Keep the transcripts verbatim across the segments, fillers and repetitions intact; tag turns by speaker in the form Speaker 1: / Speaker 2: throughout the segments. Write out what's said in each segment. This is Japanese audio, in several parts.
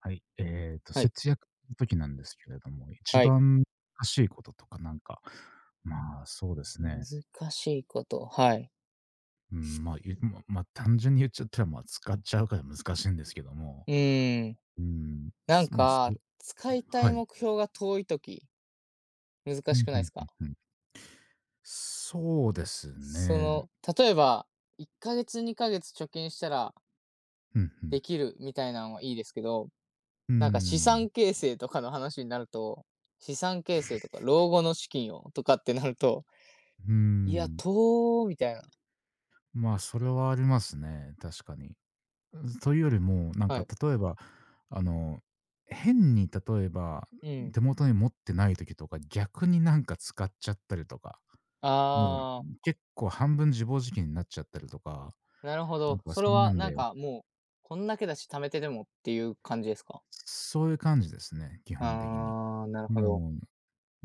Speaker 1: はい。えっと、
Speaker 2: はい。
Speaker 1: 節約の時なんですけれども、一
Speaker 2: はい。
Speaker 1: 番難しいこととかなんか、まあ、そうですね。
Speaker 2: 難しいこと、はい。
Speaker 1: うん、まあ、ゆままあ、単純に言っちゃったら、まあ、使っちゃうから難しいんですけども、
Speaker 2: うーん。
Speaker 1: うーん、
Speaker 2: なん
Speaker 1: すまあ、そ
Speaker 2: か、
Speaker 1: れ
Speaker 2: 使いた
Speaker 1: は
Speaker 2: い
Speaker 1: い。
Speaker 2: 目標が遠いとき難
Speaker 1: う
Speaker 2: し
Speaker 1: ん、
Speaker 2: く
Speaker 1: う
Speaker 2: ないで
Speaker 1: ん
Speaker 2: す
Speaker 1: うん
Speaker 2: か？
Speaker 1: うん。そうです
Speaker 2: そ
Speaker 1: ね。
Speaker 2: の、例えば、いっかげつ、にかげつ貯金したら
Speaker 1: うん、う
Speaker 2: で
Speaker 1: ん。
Speaker 2: きるみたいなのはいいですけど、
Speaker 1: う
Speaker 2: なんか資
Speaker 1: ん。
Speaker 2: 産形成とかの話になると、資産形成とか老後の資金をとかってなると、
Speaker 1: う
Speaker 2: いや、
Speaker 1: ん。
Speaker 2: とみたいな。
Speaker 1: まあ、それはありますね、確かに。というよりも、なん
Speaker 2: は
Speaker 1: か
Speaker 2: い。
Speaker 1: 例えば、あの、変に例えば、
Speaker 2: うん。
Speaker 1: 手元に持ってない時とか、逆になんか使っちゃったりとか、もう
Speaker 2: ああ、
Speaker 1: 結構半分自暴自棄になっちゃったりとか、
Speaker 2: なるほ
Speaker 1: なん
Speaker 2: ど。
Speaker 1: か
Speaker 2: それ
Speaker 1: そんな
Speaker 2: は
Speaker 1: ん
Speaker 2: なん
Speaker 1: で、
Speaker 2: かもう、こんだけだし貯めてでもっていう感じですか？
Speaker 1: そういう感じですね、基本的に。
Speaker 2: ああ、なるほど。
Speaker 1: もう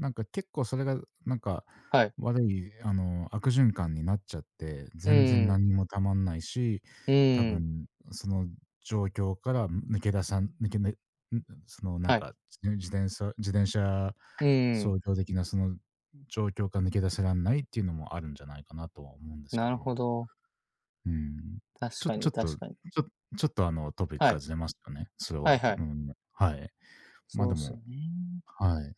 Speaker 1: なんか結構それがなんか
Speaker 2: はい。
Speaker 1: 悪い、あの、悪循環になっちゃって、
Speaker 2: う
Speaker 1: 全然
Speaker 2: ん、
Speaker 1: 何もたまんないし、
Speaker 2: う
Speaker 1: 多
Speaker 2: ん。
Speaker 1: 分その状況から抜け出さん抜けねん、そのなん
Speaker 2: はい。
Speaker 1: か、自自転車自転車
Speaker 2: うん。
Speaker 1: 操業的なその状況から抜け出せらんないっていうのもあるんじゃないかなとは思うんですけ
Speaker 2: な
Speaker 1: ど
Speaker 2: る
Speaker 1: も。
Speaker 2: ほど。
Speaker 1: うん。
Speaker 2: 確
Speaker 1: ちょ
Speaker 2: か
Speaker 1: ちょ
Speaker 2: に
Speaker 1: っと、
Speaker 2: 確かに。
Speaker 1: ちょちょっとあのトピッ
Speaker 2: は
Speaker 1: クが
Speaker 2: い。
Speaker 1: ずれますよね、それ
Speaker 2: はい
Speaker 1: は。
Speaker 2: は
Speaker 1: う
Speaker 2: い。
Speaker 1: ん、はい。ま、
Speaker 2: そ
Speaker 1: で
Speaker 2: うです
Speaker 1: も
Speaker 2: よね。
Speaker 1: はい。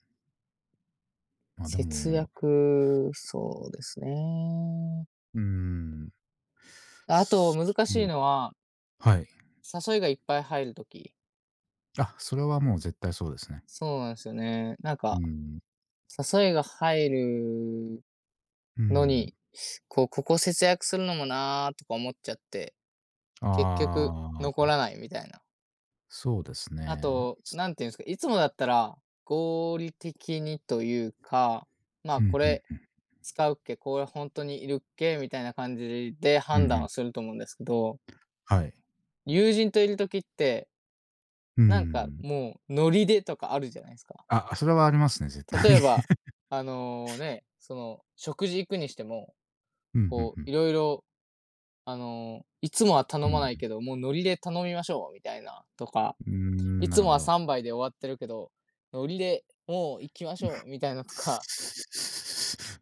Speaker 1: ま、で
Speaker 2: 節
Speaker 1: も
Speaker 2: 約、そうですね。
Speaker 1: うーん。
Speaker 2: あと
Speaker 1: す
Speaker 2: 難
Speaker 1: も
Speaker 2: しい
Speaker 1: う
Speaker 2: のは、
Speaker 1: はい。
Speaker 2: 誘いがいっぱい入るとき
Speaker 1: あ、それはもう絶対そうですね。
Speaker 2: そうなんですよね。なん
Speaker 1: う
Speaker 2: か、
Speaker 1: ん。
Speaker 2: 誘いが入る
Speaker 1: う
Speaker 2: の
Speaker 1: ん。
Speaker 2: に、こう、ここ節約するのもなーとか思っちゃって、結局
Speaker 1: あ
Speaker 2: 残
Speaker 1: あ、
Speaker 2: らないみたいな。
Speaker 1: そうです
Speaker 2: あ
Speaker 1: ね。
Speaker 2: と、
Speaker 1: す
Speaker 2: 何て言うんですか、いつもだったら、合理的にというか、まあ、
Speaker 1: う
Speaker 2: これ
Speaker 1: ん
Speaker 2: 使うっけ、これ本当にいるっけ、みたいな感じで
Speaker 1: うん、
Speaker 2: 判
Speaker 1: うんう
Speaker 2: 断
Speaker 1: ん、
Speaker 2: をすると思うんですけど、
Speaker 1: はい。
Speaker 2: 友人といる時って、
Speaker 1: う
Speaker 2: なんか
Speaker 1: ん。
Speaker 2: もうノリでとかあるじゃないですか。
Speaker 1: あ、それはありますね、絶対
Speaker 2: 例
Speaker 1: に。
Speaker 2: えば、あの、ね、その、食事行くにしても、
Speaker 1: うん、
Speaker 2: こ
Speaker 1: う
Speaker 2: う、
Speaker 1: ん
Speaker 2: いろいろあの、いつもは頼
Speaker 1: う
Speaker 2: ま
Speaker 1: ん。
Speaker 2: ないけど、もうノリで頼みましょうみたいなとか
Speaker 1: うん。うー
Speaker 2: い
Speaker 1: ん、な
Speaker 2: つ
Speaker 1: る
Speaker 2: も
Speaker 1: ほ
Speaker 2: は
Speaker 1: ど。
Speaker 2: さんばいで終わってるけど、ノリでもう行きましょうみたいなとか、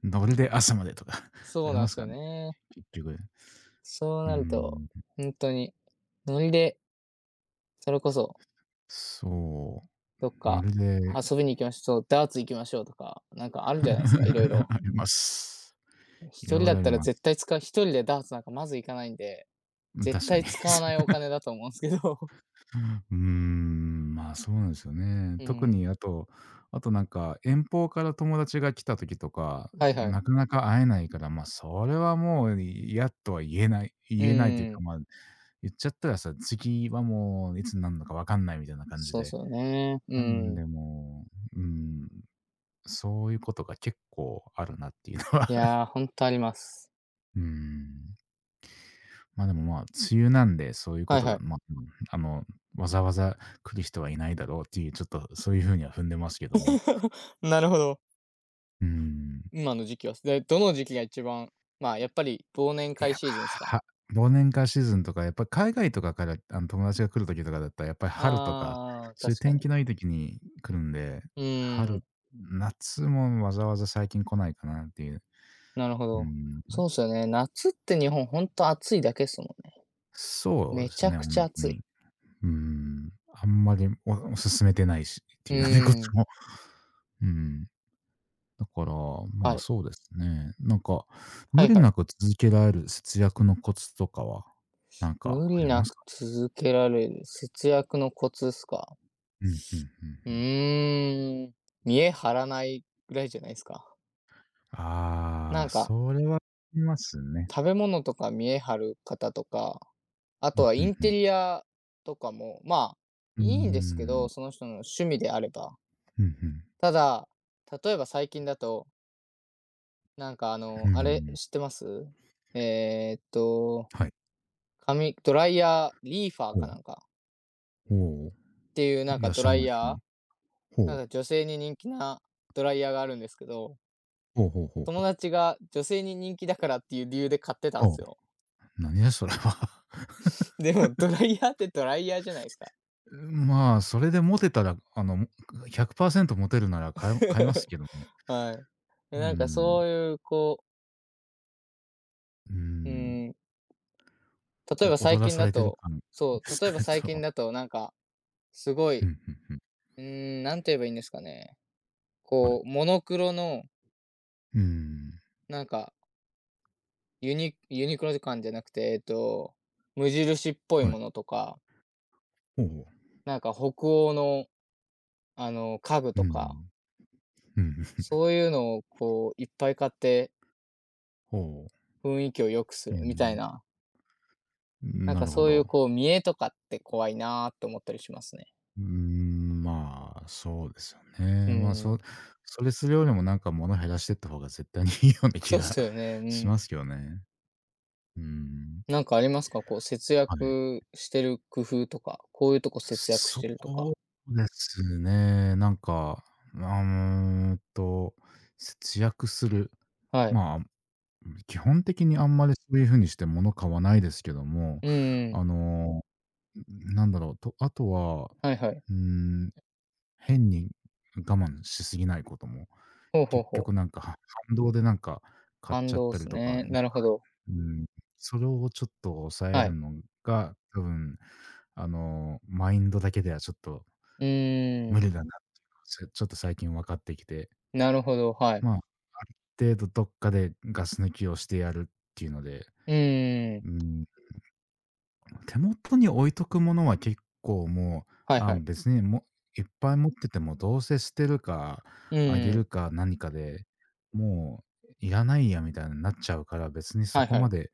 Speaker 1: 「どれで朝まで」とか あ
Speaker 2: そう
Speaker 1: り
Speaker 2: な
Speaker 1: ま
Speaker 2: んで
Speaker 1: す
Speaker 2: す
Speaker 1: か
Speaker 2: よ
Speaker 1: らね、
Speaker 2: ね。
Speaker 1: 結局。
Speaker 2: そう
Speaker 1: う
Speaker 2: なると、
Speaker 1: ん、
Speaker 2: 本当に、ノリで、それこそ
Speaker 1: そ
Speaker 2: どっ
Speaker 1: う。ノ
Speaker 2: か
Speaker 1: リで
Speaker 2: 遊びに行きましょう、ダーツ行きましょうとか、なんかあるじゃないですか、色 々。
Speaker 1: あります。
Speaker 2: 一
Speaker 1: い
Speaker 2: 人
Speaker 1: ろい
Speaker 2: だっ
Speaker 1: ろあり
Speaker 2: たら
Speaker 1: ま
Speaker 2: 絶
Speaker 1: す。
Speaker 2: 対使う一人でダーツなんかまず行かないんで、
Speaker 1: うん、
Speaker 2: 絶
Speaker 1: 確かに。
Speaker 2: 対使わないお 金だと思うんですけど。
Speaker 1: うーん、まあ、そうなんですよね。
Speaker 2: う
Speaker 1: 特に
Speaker 2: ん。
Speaker 1: あとあとなんか、遠方から友達が来た時とか、
Speaker 2: はいはい。
Speaker 1: なかなか会えないから、ま、あそれはもう嫌とは言えない
Speaker 2: う
Speaker 1: 言えないというか、
Speaker 2: ん。
Speaker 1: ま、あ言っちゃったらさ、次はもういつになるのかわかんないみたいな感じ
Speaker 2: そう
Speaker 1: で。
Speaker 2: そうね。う
Speaker 1: なん
Speaker 2: ん。
Speaker 1: でもう、うーん、そういうことが結構あるなっていうのは。
Speaker 2: いやー、ほんとあります。
Speaker 1: うん。ま、でも、まあ、梅雨なんで、そういうこ
Speaker 2: はい
Speaker 1: と
Speaker 2: は
Speaker 1: が、
Speaker 2: い。
Speaker 1: まあ、うん、あの、わざわざ来る人はいないだろうっていう、ちょっとそういう風には踏んでますけども。
Speaker 2: なるほど。
Speaker 1: うん。
Speaker 2: 今の時期はで、どの時期が一番、まあ、やっぱり忘年
Speaker 1: い
Speaker 2: 会
Speaker 1: や、
Speaker 2: シーズンですか？
Speaker 1: は忘年会シーズンとか、やっぱり海外とかから、あの、友達が来る時とかだったら、やっぱり春とか、
Speaker 2: ああ、
Speaker 1: そういう
Speaker 2: 確か
Speaker 1: 天気
Speaker 2: に。
Speaker 1: のいい時に来るんで、
Speaker 2: うー
Speaker 1: 春、
Speaker 2: ん、
Speaker 1: 夏もわざわざ最近来ないかなっていう。
Speaker 2: なるほ
Speaker 1: う
Speaker 2: ど。
Speaker 1: ん。
Speaker 2: そうっすよね。夏って日本ほんと暑いだけっすもんね。
Speaker 1: そうで
Speaker 2: めち
Speaker 1: す
Speaker 2: ゃ
Speaker 1: ね、
Speaker 2: くちゃ
Speaker 1: 本当
Speaker 2: 暑い。
Speaker 1: に。うん。あんまりおお勧めてないしっ
Speaker 2: う
Speaker 1: て
Speaker 2: ー
Speaker 1: いうようなこと
Speaker 2: ん、
Speaker 1: も。うん。だから、ま
Speaker 2: は
Speaker 1: あ、
Speaker 2: い。
Speaker 1: そうですね。なんか、
Speaker 2: は
Speaker 1: 無
Speaker 2: い
Speaker 1: 理
Speaker 2: はい。
Speaker 1: なく続けられる節約のコツとかは、なんか
Speaker 2: 無
Speaker 1: あ
Speaker 2: 理
Speaker 1: り
Speaker 2: な
Speaker 1: ます
Speaker 2: く
Speaker 1: か？
Speaker 2: 続けられる節約のコツっすか？
Speaker 1: うん、うんうんうん。
Speaker 2: うーん、見栄張らないぐらいじゃないですか？
Speaker 1: あ
Speaker 2: な
Speaker 1: あ、
Speaker 2: んか、
Speaker 1: それはありますね。
Speaker 2: 食べ物とか見栄張る方とかあ
Speaker 1: う
Speaker 2: と
Speaker 1: ん、
Speaker 2: は
Speaker 1: う
Speaker 2: イン
Speaker 1: んう
Speaker 2: テ
Speaker 1: ん。
Speaker 2: リアとかも、まあ、
Speaker 1: うー
Speaker 2: いいんですけ
Speaker 1: ん。
Speaker 2: ど、その人の趣味であれば。
Speaker 1: うんう
Speaker 2: ただ、例えば最近だと、なんかあ
Speaker 1: ん。う
Speaker 2: の、あれ
Speaker 1: ん。
Speaker 2: 知ってますえーっと、
Speaker 1: はい。
Speaker 2: 髪、ドライヤー、リーファー
Speaker 1: ほ
Speaker 2: か
Speaker 1: う。
Speaker 2: なんか
Speaker 1: ほう。
Speaker 2: っていうなん
Speaker 1: いや、い
Speaker 2: か
Speaker 1: で
Speaker 2: ド
Speaker 1: すけ
Speaker 2: ラ
Speaker 1: ど。
Speaker 2: イヤー、なんか女性に人気なドライヤーがあるんですけど、
Speaker 1: ほうほうほうほ
Speaker 2: 友
Speaker 1: う。
Speaker 2: 達が女性に人気だからっていう理由で買ってた
Speaker 1: ほ
Speaker 2: ん
Speaker 1: う。
Speaker 2: で
Speaker 1: ほう
Speaker 2: すよ。
Speaker 1: 何やそれは。
Speaker 2: でもドライヤーってドライヤーじゃないですか。
Speaker 1: まあ、それでモテたら、あの、ひゃくパーセントモテるなら買い買います けどね。
Speaker 2: はい。
Speaker 1: う
Speaker 2: でなんか
Speaker 1: ーん。
Speaker 2: そういう、こう、
Speaker 1: うー
Speaker 2: う
Speaker 1: ん。
Speaker 2: ーん、例えば
Speaker 1: お
Speaker 2: 最
Speaker 1: 踊ら
Speaker 2: 近
Speaker 1: さ
Speaker 2: だ
Speaker 1: れてる
Speaker 2: と
Speaker 1: 感で
Speaker 2: そう、
Speaker 1: す
Speaker 2: 例えば
Speaker 1: ね、
Speaker 2: 最
Speaker 1: それ
Speaker 2: 近
Speaker 1: は。
Speaker 2: だとなんか、すご
Speaker 1: う
Speaker 2: い、
Speaker 1: ん、ふんふん。
Speaker 2: うーん、なんて言えばいいんですかね。
Speaker 1: はい。
Speaker 2: こう、モノクロの、
Speaker 1: うーん、
Speaker 2: なんか、ユニユニクロ感じゃなくて、えっと、無印っぽい
Speaker 1: はい。
Speaker 2: ものとか、
Speaker 1: ほうほう。
Speaker 2: なんか北欧の、あの、家具
Speaker 1: う
Speaker 2: とか、
Speaker 1: ん、うん、
Speaker 2: そういうのをこういっぱい買って
Speaker 1: ほう。
Speaker 2: 雰囲気を良くす
Speaker 1: う
Speaker 2: るみたい
Speaker 1: ん、
Speaker 2: な、なん
Speaker 1: な
Speaker 2: か
Speaker 1: るほ
Speaker 2: そういう
Speaker 1: ど。
Speaker 2: こう見栄とかって怖いなーって思ったりしますね。
Speaker 1: うーん、まあ、そうですよ
Speaker 2: う
Speaker 1: ね。まあ、
Speaker 2: ー
Speaker 1: そ
Speaker 2: ん。
Speaker 1: それするよりもなんか物減らしてった方が絶対にいいような気
Speaker 2: そうっ
Speaker 1: が
Speaker 2: すよね、う
Speaker 1: します
Speaker 2: ん。
Speaker 1: けどね。うーん、
Speaker 2: なんかありますか？こう節
Speaker 1: はい。
Speaker 2: 約してる工夫とか、こういうとこ節約し
Speaker 1: そ
Speaker 2: てるとか。
Speaker 1: うですね、なんか、あ、うーんと、節約する。
Speaker 2: はい。
Speaker 1: まあ、うん、基本的にあんまりそういう風にして物買わないですけども、
Speaker 2: う
Speaker 1: あ
Speaker 2: ん
Speaker 1: の、なんだろう、とあとは、
Speaker 2: はいはい。
Speaker 1: うーん、変に我慢しすぎないことも、
Speaker 2: ほうほう
Speaker 1: 結
Speaker 2: ほう。
Speaker 1: 局なんかは反動でなんか買っ
Speaker 2: 反
Speaker 1: ちゃっ
Speaker 2: 動で
Speaker 1: たり
Speaker 2: す
Speaker 1: とか、な
Speaker 2: ね。
Speaker 1: んか、
Speaker 2: なるほど。
Speaker 1: うーん、それをちょっと抑え
Speaker 2: は
Speaker 1: る
Speaker 2: い。
Speaker 1: のが、多分あの、マインドだけではちょっと
Speaker 2: うー
Speaker 1: 無
Speaker 2: ん。
Speaker 1: 理だなっていうのが、ちょっと最近分かってきて、
Speaker 2: なるほど、はい。
Speaker 1: まあ、ある程度どっかでガス抜きをしてやるっていうので、
Speaker 2: うんん
Speaker 1: うーん、手元に置いとくものは結構もう、
Speaker 2: はい
Speaker 1: あ、
Speaker 2: はい。
Speaker 1: 別にもういっぱい持っててもどうせ捨てるか、
Speaker 2: う
Speaker 1: あげ
Speaker 2: ん
Speaker 1: る
Speaker 2: ん。
Speaker 1: か何かで、もういらないやみたいになっちゃうから、別にそ
Speaker 2: はい
Speaker 1: こ
Speaker 2: は
Speaker 1: ま
Speaker 2: い。
Speaker 1: で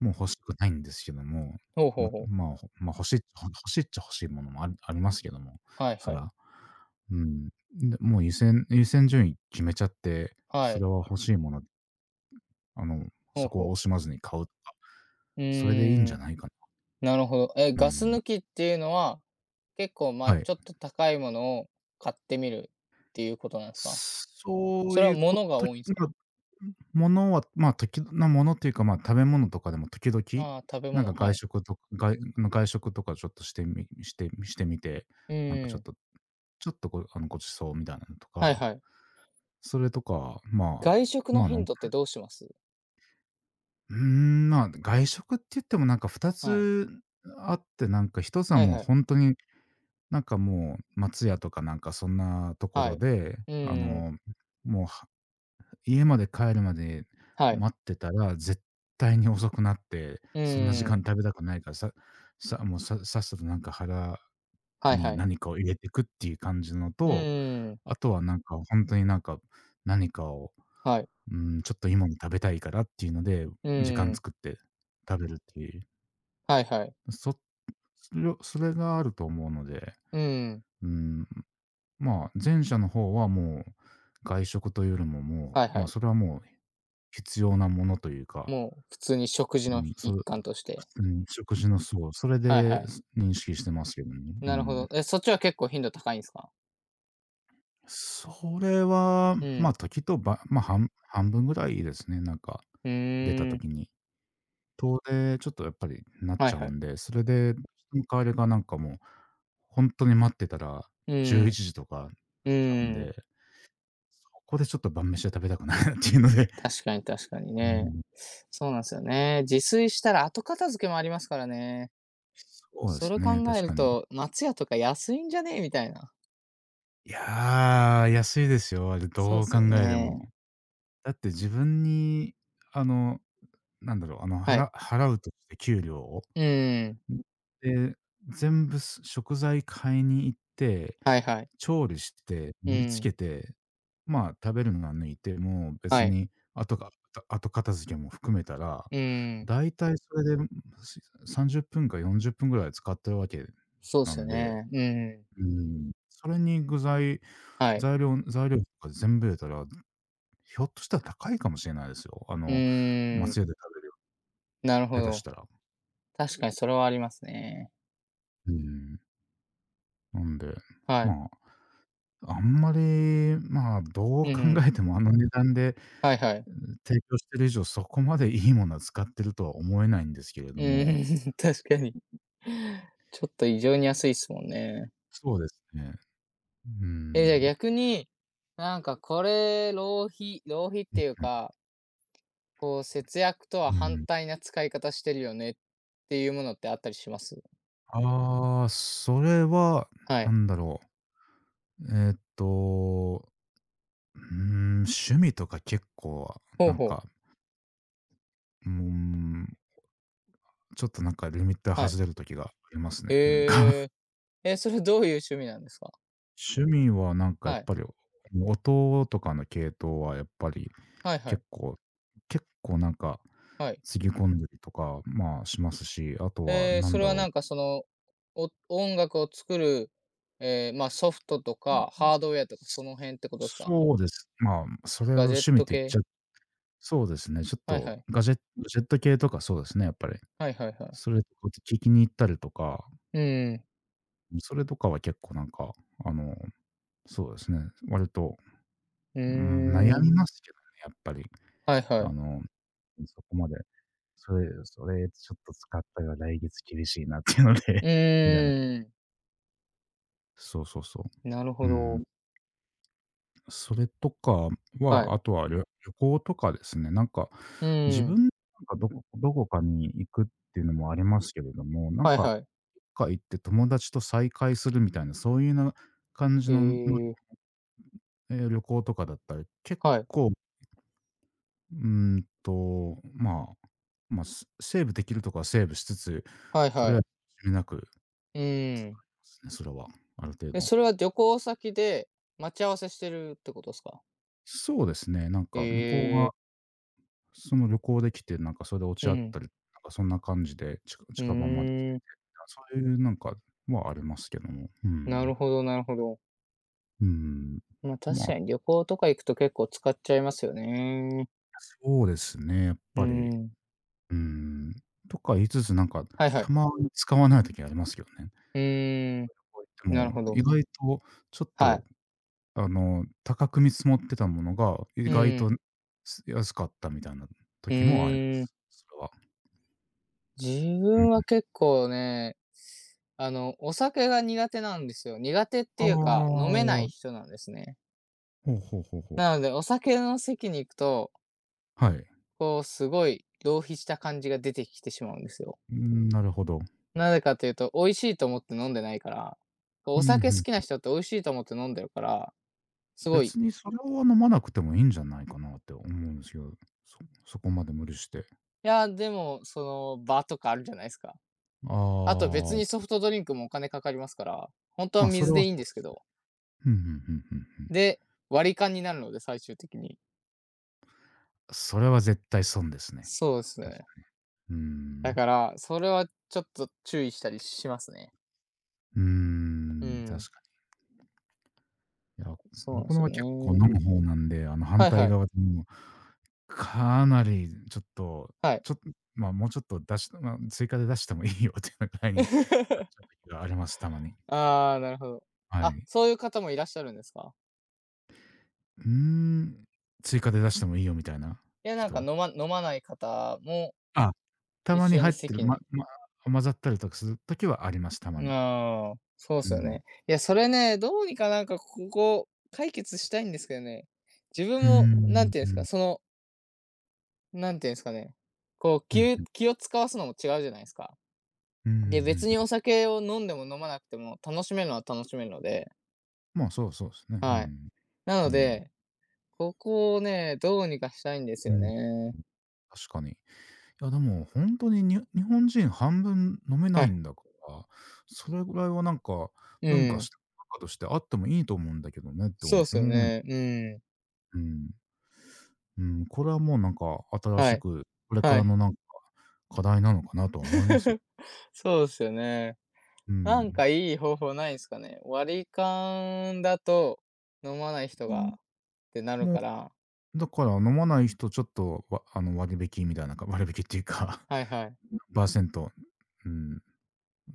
Speaker 1: もう欲しくないんですけども、
Speaker 2: ほうほう
Speaker 1: ま
Speaker 2: ほう。
Speaker 1: まあ、ほまあ、欲しいっちゃ欲しいっちゃ欲しいものもありありますけども、
Speaker 2: はい
Speaker 1: そ
Speaker 2: はい。
Speaker 1: ら。うん。で、もう優先優先順位決めちゃって、
Speaker 2: は
Speaker 1: そ
Speaker 2: い。
Speaker 1: れは欲しいもの、あの、
Speaker 2: ほう
Speaker 1: そこ
Speaker 2: ほ
Speaker 1: は惜
Speaker 2: う。
Speaker 1: しまずに買うとか、
Speaker 2: う
Speaker 1: それでいいん
Speaker 2: ー
Speaker 1: じゃ
Speaker 2: ん。
Speaker 1: ないかな。
Speaker 2: なるほど。え、
Speaker 1: うんう
Speaker 2: ガス
Speaker 1: ん。
Speaker 2: 抜きっていうのは、結構、まあ、
Speaker 1: はい。
Speaker 2: ちょっと高いものを買ってみるっていうことなんですか？
Speaker 1: そ
Speaker 2: そ
Speaker 1: う
Speaker 2: れは
Speaker 1: いうこ
Speaker 2: 物が
Speaker 1: と、
Speaker 2: 多いんです
Speaker 1: ま
Speaker 2: か？
Speaker 1: あ、ものは、まあ、時なものっていうか、まあ、食べ物とかでも時々、
Speaker 2: ああー、食べ
Speaker 1: なん
Speaker 2: 物、
Speaker 1: か
Speaker 2: は
Speaker 1: 外
Speaker 2: い。
Speaker 1: 食とがあの、外食とかちょっとしてみしてみしてみて、
Speaker 2: う
Speaker 1: なんかちょ
Speaker 2: ー
Speaker 1: っ
Speaker 2: ん、
Speaker 1: とちょっとごあの、ご馳走みたいなのと
Speaker 2: はい
Speaker 1: か、
Speaker 2: はい。
Speaker 1: それとか、まあ、
Speaker 2: 外食
Speaker 1: ま
Speaker 2: の
Speaker 1: あ、あ
Speaker 2: 頻
Speaker 1: の、
Speaker 2: 度ってどうします？
Speaker 1: うーん、まあ、外食って言ってもなんか2
Speaker 2: はい。
Speaker 1: つあって、なんかひとつは
Speaker 2: はい
Speaker 1: もう
Speaker 2: はい。
Speaker 1: 本当に、なんかもう松屋とかなんかそんなとこ
Speaker 2: は
Speaker 1: ろ
Speaker 2: い。
Speaker 1: で、
Speaker 2: う
Speaker 1: あ
Speaker 2: ーん、
Speaker 1: の、もうは家まで帰るまで
Speaker 2: はい。
Speaker 1: 待ってたら、絶対に遅くなって、
Speaker 2: う
Speaker 1: そんな時
Speaker 2: ー
Speaker 1: 間
Speaker 2: ん、
Speaker 1: 食べたくないから、ささもうささっさとなんか腹
Speaker 2: はい
Speaker 1: に
Speaker 2: はい。
Speaker 1: 何かを入れてくっていう感じの
Speaker 2: う
Speaker 1: と、
Speaker 2: ーん、
Speaker 1: あとはなんか本当になんか、何かを、
Speaker 2: はい。
Speaker 1: うん、ちょっと今も食べたいからっていうので、
Speaker 2: う
Speaker 1: 時
Speaker 2: ー
Speaker 1: 間
Speaker 2: ん、
Speaker 1: 作って食べるっていう。
Speaker 2: はいはい。
Speaker 1: そそれをそれがあると思うので、
Speaker 2: うーん、
Speaker 1: うん、まあ、前者の方はもう、外食というよりもも
Speaker 2: はい
Speaker 1: う、
Speaker 2: は
Speaker 1: ま、
Speaker 2: い。
Speaker 1: それはもう必要なものというか
Speaker 2: もう普通に食事
Speaker 1: う
Speaker 2: の
Speaker 1: ん、そ
Speaker 2: 一
Speaker 1: う、
Speaker 2: 環として。
Speaker 1: うん、食事のそう、それ
Speaker 2: はいは
Speaker 1: で、
Speaker 2: い。
Speaker 1: す認識してますけどね。う
Speaker 2: なるほ
Speaker 1: ん。
Speaker 2: ど。え、そっちは結構頻度高いんですか？
Speaker 1: それは、
Speaker 2: う
Speaker 1: ま、
Speaker 2: ん。
Speaker 1: 時とばま、半半分ぐらいですね、なんか、
Speaker 2: う
Speaker 1: 出た
Speaker 2: ーん、
Speaker 1: 時に。遠出、ちょっとやっぱりなっ
Speaker 2: は
Speaker 1: ち
Speaker 2: い
Speaker 1: ゃう
Speaker 2: はい。
Speaker 1: んで、それで、人の代わりがなんかもう、ほんとに待ってたら
Speaker 2: うー
Speaker 1: 11
Speaker 2: ん、
Speaker 1: 時とかなっ
Speaker 2: う
Speaker 1: ちゃうんで、
Speaker 2: ん、
Speaker 1: そこでちょっと晩飯は食べたくないなっていうので、
Speaker 2: 確かに確かに
Speaker 1: う
Speaker 2: ね。
Speaker 1: ん。
Speaker 2: そうなんですよね。自炊したら後片付けもありますからね。
Speaker 1: そうで
Speaker 2: それ
Speaker 1: す
Speaker 2: を考
Speaker 1: ね、
Speaker 2: え
Speaker 1: 確か
Speaker 2: る
Speaker 1: に。
Speaker 2: と、松屋とか安いんじゃねえみたいな。
Speaker 1: いや、安いですよ、あれ
Speaker 2: そうっ
Speaker 1: どう
Speaker 2: す
Speaker 1: 考
Speaker 2: よ
Speaker 1: えても。
Speaker 2: ね。
Speaker 1: だって自分に、あの、なんだろう、あの、は
Speaker 2: はい。
Speaker 1: ら払うとして給料を。
Speaker 2: うーん。
Speaker 1: で、全部す食材買いに行って、
Speaker 2: はいはい。
Speaker 1: 調理して、
Speaker 2: う
Speaker 1: 盛り付
Speaker 2: ん。
Speaker 1: けて、まあ、食べるのは抜いても、
Speaker 2: は
Speaker 1: 別
Speaker 2: い。
Speaker 1: に後が後片付けも含めたら、
Speaker 2: うーん。
Speaker 1: だいたいそれで、うん、さんじゅっぷんかよんじゅっぷんぐらい使ってるわけ
Speaker 2: そうっ
Speaker 1: な
Speaker 2: すよ
Speaker 1: んで、
Speaker 2: ね。うん。
Speaker 1: うーん、それに具材、
Speaker 2: はい。
Speaker 1: 材料材料とか全部入れたらひょっとしたら高いかもしれないですよ。あ
Speaker 2: う
Speaker 1: の、
Speaker 2: ー
Speaker 1: 松
Speaker 2: ん。
Speaker 1: 屋で食べるよ
Speaker 2: なるほ
Speaker 1: り、下手し
Speaker 2: ど。
Speaker 1: たら。
Speaker 2: 確かにそれはありますね。
Speaker 1: うん。なんで、
Speaker 2: はい。
Speaker 1: まあ、あんまり、まあ、どう
Speaker 2: うん
Speaker 1: 考
Speaker 2: うん。
Speaker 1: えてもあの値段で、
Speaker 2: はいはい。
Speaker 1: 提供してる以上、そこまでいいものは使ってるとは思えないんですけれど
Speaker 2: う
Speaker 1: も。
Speaker 2: ーん、確かに。ちょっと異常に安いっすもんね。
Speaker 1: そうですね。うー
Speaker 2: え、
Speaker 1: ん。
Speaker 2: じゃあ逆に、なんかこれ浪費浪費っ
Speaker 1: う
Speaker 2: ていう
Speaker 1: ん
Speaker 2: かこう、節約と
Speaker 1: う
Speaker 2: は
Speaker 1: ん。う
Speaker 2: 反
Speaker 1: ん。
Speaker 2: 対な使い方してるよねっていうものってあったりします？
Speaker 1: ああ、それは、
Speaker 2: は
Speaker 1: な
Speaker 2: い。
Speaker 1: んだろう。えっと、うーん、趣味とか結構、
Speaker 2: ほ
Speaker 1: な
Speaker 2: う
Speaker 1: ん
Speaker 2: ほ
Speaker 1: か、
Speaker 2: う。
Speaker 1: うーん、ちょっとなんかリミッター
Speaker 2: はい。
Speaker 1: 外れる時がありますね、何か。
Speaker 2: へえ。え、それどういう趣味なんですか？
Speaker 1: 趣味はなんかやっ
Speaker 2: はい。
Speaker 1: ぱり、音とかの系統はやっぱり
Speaker 2: はいはい。
Speaker 1: 結構結構なんか、
Speaker 2: はい。
Speaker 1: つぎ込んだりとか、まあ、しますし、あとは
Speaker 2: えー
Speaker 1: な
Speaker 2: そ
Speaker 1: ん
Speaker 2: れ
Speaker 1: だ
Speaker 2: は
Speaker 1: ろ
Speaker 2: なんか
Speaker 1: う。
Speaker 2: その、お音楽を作る、ええ、ま、ソフトとかハードウェアとかその辺ってことですか？
Speaker 1: そうです。まあ、それを
Speaker 2: ガジェッ
Speaker 1: 趣味っ
Speaker 2: ト
Speaker 1: て言っち
Speaker 2: 系？
Speaker 1: ゃ、そうですね、ちょっ
Speaker 2: はいは
Speaker 1: と
Speaker 2: い。
Speaker 1: ガジェットガジェット系とか、そうですね、やっぱり。
Speaker 2: はいはいは
Speaker 1: そ
Speaker 2: い。
Speaker 1: れとか聞きに行ったりとか、
Speaker 2: うんうん。
Speaker 1: それとかは結構なんか、あの、そうですね、割と
Speaker 2: う
Speaker 1: うーん、
Speaker 2: ー
Speaker 1: 悩み
Speaker 2: ん。
Speaker 1: ますけどね、やっぱり。
Speaker 2: はいは
Speaker 1: あ
Speaker 2: い。
Speaker 1: の、そこまで、それそれちょっと使ったら来月厳しいなっていうので、
Speaker 2: う
Speaker 1: みたいな。
Speaker 2: ーん。
Speaker 1: そうそうそ
Speaker 2: なる
Speaker 1: う。う
Speaker 2: ほ
Speaker 1: ん。
Speaker 2: ど。
Speaker 1: それとか
Speaker 2: は
Speaker 1: は、
Speaker 2: い。
Speaker 1: あとはりょ旅行とかですね、なんか、
Speaker 2: う
Speaker 1: 自
Speaker 2: ー
Speaker 1: 分
Speaker 2: ん。
Speaker 1: なんかどこどこかに行くっていうのもありますけれども、なん
Speaker 2: はい
Speaker 1: か、
Speaker 2: はい。
Speaker 1: どっか行って友達と再会するみたいな、そういうな感じ
Speaker 2: え
Speaker 1: のの、
Speaker 2: え、
Speaker 1: ええ、旅行とかだったら、結
Speaker 2: はい。
Speaker 1: 構うーんと、まあ、まあ、すセーブできるとこはセーブしつつ、
Speaker 2: はい
Speaker 1: と
Speaker 2: は
Speaker 1: りあえ
Speaker 2: い。
Speaker 1: ず気になく
Speaker 2: う
Speaker 1: 使
Speaker 2: ー
Speaker 1: い
Speaker 2: ん。
Speaker 1: ますね、それは、ある程
Speaker 2: え、
Speaker 1: 度。
Speaker 2: それは旅行先で待ち合わせしてるってことですか？
Speaker 1: そうですね、なん
Speaker 2: え
Speaker 1: か向こうが
Speaker 2: え、
Speaker 1: その旅行で来て、なんかそれで落ち
Speaker 2: う
Speaker 1: 合っ
Speaker 2: ん。
Speaker 1: たり、なんかそんな感じで、ちか
Speaker 2: うー
Speaker 1: 近場まで来て、
Speaker 2: ん、
Speaker 1: そういうなんかはありますけども、う
Speaker 2: な
Speaker 1: ん。
Speaker 2: るほどなるほど。
Speaker 1: うん。
Speaker 2: ま、
Speaker 1: ま
Speaker 2: 確
Speaker 1: あ、
Speaker 2: かに旅行とか行くと結構使っちゃいますよね。
Speaker 1: そうですね、やっ
Speaker 2: う
Speaker 1: ぱり、
Speaker 2: ん。
Speaker 1: うん。とか言いつつ、なんか、
Speaker 2: はいは
Speaker 1: た
Speaker 2: い。
Speaker 1: まに使わない時ありますけどね。
Speaker 2: うーん、
Speaker 1: と言っ
Speaker 2: なる
Speaker 1: ても、
Speaker 2: ほ
Speaker 1: 意
Speaker 2: ど。
Speaker 1: 外とちょっ
Speaker 2: は
Speaker 1: と
Speaker 2: い。
Speaker 1: あの、高く見積もってたものが、意
Speaker 2: うん
Speaker 1: 外
Speaker 2: う
Speaker 1: と、
Speaker 2: ん。
Speaker 1: す安かったみたいな
Speaker 2: う
Speaker 1: 時もありま
Speaker 2: ーん。
Speaker 1: す。それは。
Speaker 2: 自
Speaker 1: うん
Speaker 2: 分
Speaker 1: う
Speaker 2: は結構ね、あの、お酒が苦手なんですよ。苦手っていうか、飲めな
Speaker 1: ん。あ
Speaker 2: い
Speaker 1: あ、
Speaker 2: 人なんですね。
Speaker 1: ほうほうほうほう。
Speaker 2: なので、お酒の席に行くと、
Speaker 1: はい。
Speaker 2: こう、すごい浪費した感じが出てきてしまうんですよ。
Speaker 1: うん、なるほど。
Speaker 2: なぜかというと、美味しいと思って飲んでないから、
Speaker 1: う
Speaker 2: お
Speaker 1: ん、
Speaker 2: 酒
Speaker 1: ふ
Speaker 2: 好
Speaker 1: ん、
Speaker 2: きな人って美味しいと思って飲んでるから、すごい、
Speaker 1: 別にそれを飲まなくてもいいんじゃないかなって思うんですよ。そ、そこまで無理して。
Speaker 2: いや、でも、その、場とかあるじゃないですか。
Speaker 1: あ
Speaker 2: あと別にソ
Speaker 1: あ、
Speaker 2: フトドリンクもお金かかりますから、本当は
Speaker 1: ま、それ
Speaker 2: 水
Speaker 1: は
Speaker 2: でい
Speaker 1: そ
Speaker 2: いん
Speaker 1: う
Speaker 2: で
Speaker 1: で
Speaker 2: すけ
Speaker 1: すね。
Speaker 2: ど、
Speaker 1: ふんふんふんふんふん。
Speaker 2: で、割り勘になるので、最終的に。
Speaker 1: それは絶対損ですね。
Speaker 2: そうです
Speaker 1: 確
Speaker 2: ね。
Speaker 1: かに。うー
Speaker 2: だ
Speaker 1: ん。
Speaker 2: から、それはちょっと注意したりしますね。
Speaker 1: うー
Speaker 2: う
Speaker 1: ん、
Speaker 2: ん。
Speaker 1: 確かに。いや、
Speaker 2: そうなんで
Speaker 1: 僕の
Speaker 2: すよ
Speaker 1: は結構飲
Speaker 2: ね。
Speaker 1: む方なんで、あの、反
Speaker 2: はいは
Speaker 1: 対
Speaker 2: い。
Speaker 1: 側でもかなりちょっと、
Speaker 2: はい。
Speaker 1: ちょっとまあ、もうちょっと出しまあ、追加で出してもいいよっていうぐらいになっちゃ う時があります、たまに。
Speaker 2: ああ、なるほど。
Speaker 1: は
Speaker 2: あ、
Speaker 1: い。
Speaker 2: そういう方もいらっしゃるんですか？
Speaker 1: うーん、追加で出してもいいよみたいな
Speaker 2: いや、なんか
Speaker 1: 人？
Speaker 2: 飲ま飲まない方も
Speaker 1: あ、た
Speaker 2: 一
Speaker 1: まに
Speaker 2: 緒
Speaker 1: 入
Speaker 2: に
Speaker 1: ってる、
Speaker 2: 席
Speaker 1: ま
Speaker 2: に
Speaker 1: ま混ざったりとかする時はあります、たまに。
Speaker 2: ああ、そうで
Speaker 1: う
Speaker 2: すよ
Speaker 1: ん。
Speaker 2: ね。いや、それね、どうにかなんかここ解決したいんですけどね。自
Speaker 1: う
Speaker 2: 分
Speaker 1: ー
Speaker 2: もなん
Speaker 1: ん、
Speaker 2: ていうんですか、
Speaker 1: う
Speaker 2: その、なんていうんですかね、こう、気を
Speaker 1: ん。
Speaker 2: 気を使わすのも違うじゃないですか。
Speaker 1: うんうんう
Speaker 2: で、
Speaker 1: ん
Speaker 2: 別に
Speaker 1: うん。
Speaker 2: お酒を飲んでも飲まなくても楽しめるのは楽しめるので、
Speaker 1: まあ、そうそうですね。う
Speaker 2: はい。
Speaker 1: ん。
Speaker 2: な
Speaker 1: う
Speaker 2: の
Speaker 1: ん。
Speaker 2: で、ここをね、どうにかしたいんです
Speaker 1: う
Speaker 2: よ
Speaker 1: ん。
Speaker 2: ね。
Speaker 1: 確かに。いや、でも本当に、に日本人半分飲め
Speaker 2: は
Speaker 1: ないん
Speaker 2: い。
Speaker 1: だから、それぐらいはなんか、
Speaker 2: う
Speaker 1: 文化し
Speaker 2: ん。
Speaker 1: 文化としてあってもいいと思うんだけどねって思
Speaker 2: そうっすよ
Speaker 1: う。
Speaker 2: ね。うん。
Speaker 1: うん。うん、これはもうなんか新
Speaker 2: は
Speaker 1: し
Speaker 2: い。
Speaker 1: く、これか
Speaker 2: は
Speaker 1: ら
Speaker 2: い。
Speaker 1: のなんか、課題なのかなとは思いますよ。
Speaker 2: そうっすよね。
Speaker 1: う
Speaker 2: な
Speaker 1: ん。
Speaker 2: んかいい方法ないんすかね？割り勘だと、飲まない人がってなる
Speaker 1: も
Speaker 2: から、
Speaker 1: う、だから飲まない人ちょっと、わ、あの、割引みたいなか割引っていうか、
Speaker 2: はいはい。
Speaker 1: <laughs>パーセント、パーセントうん、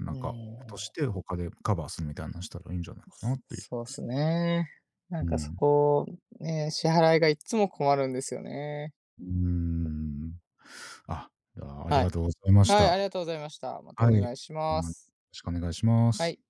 Speaker 1: な
Speaker 2: う
Speaker 1: んか、
Speaker 2: ん。
Speaker 1: として他でカバーするみたいなのしたらいいんじゃないかなっていう。
Speaker 2: そうっすね。な
Speaker 1: う
Speaker 2: んかそ
Speaker 1: ん。
Speaker 2: こ、ね、支払いがいっつも困るんですよね。
Speaker 1: うーん。あ、ああり
Speaker 2: は
Speaker 1: が
Speaker 2: い。
Speaker 1: とうございまし
Speaker 2: はい、あ
Speaker 1: た。
Speaker 2: りがとうございました。また
Speaker 1: は
Speaker 2: お
Speaker 1: い。
Speaker 2: 願いし
Speaker 1: で
Speaker 2: ま
Speaker 1: は、よろ
Speaker 2: す。
Speaker 1: しくお願いしま
Speaker 2: は
Speaker 1: す。
Speaker 2: い。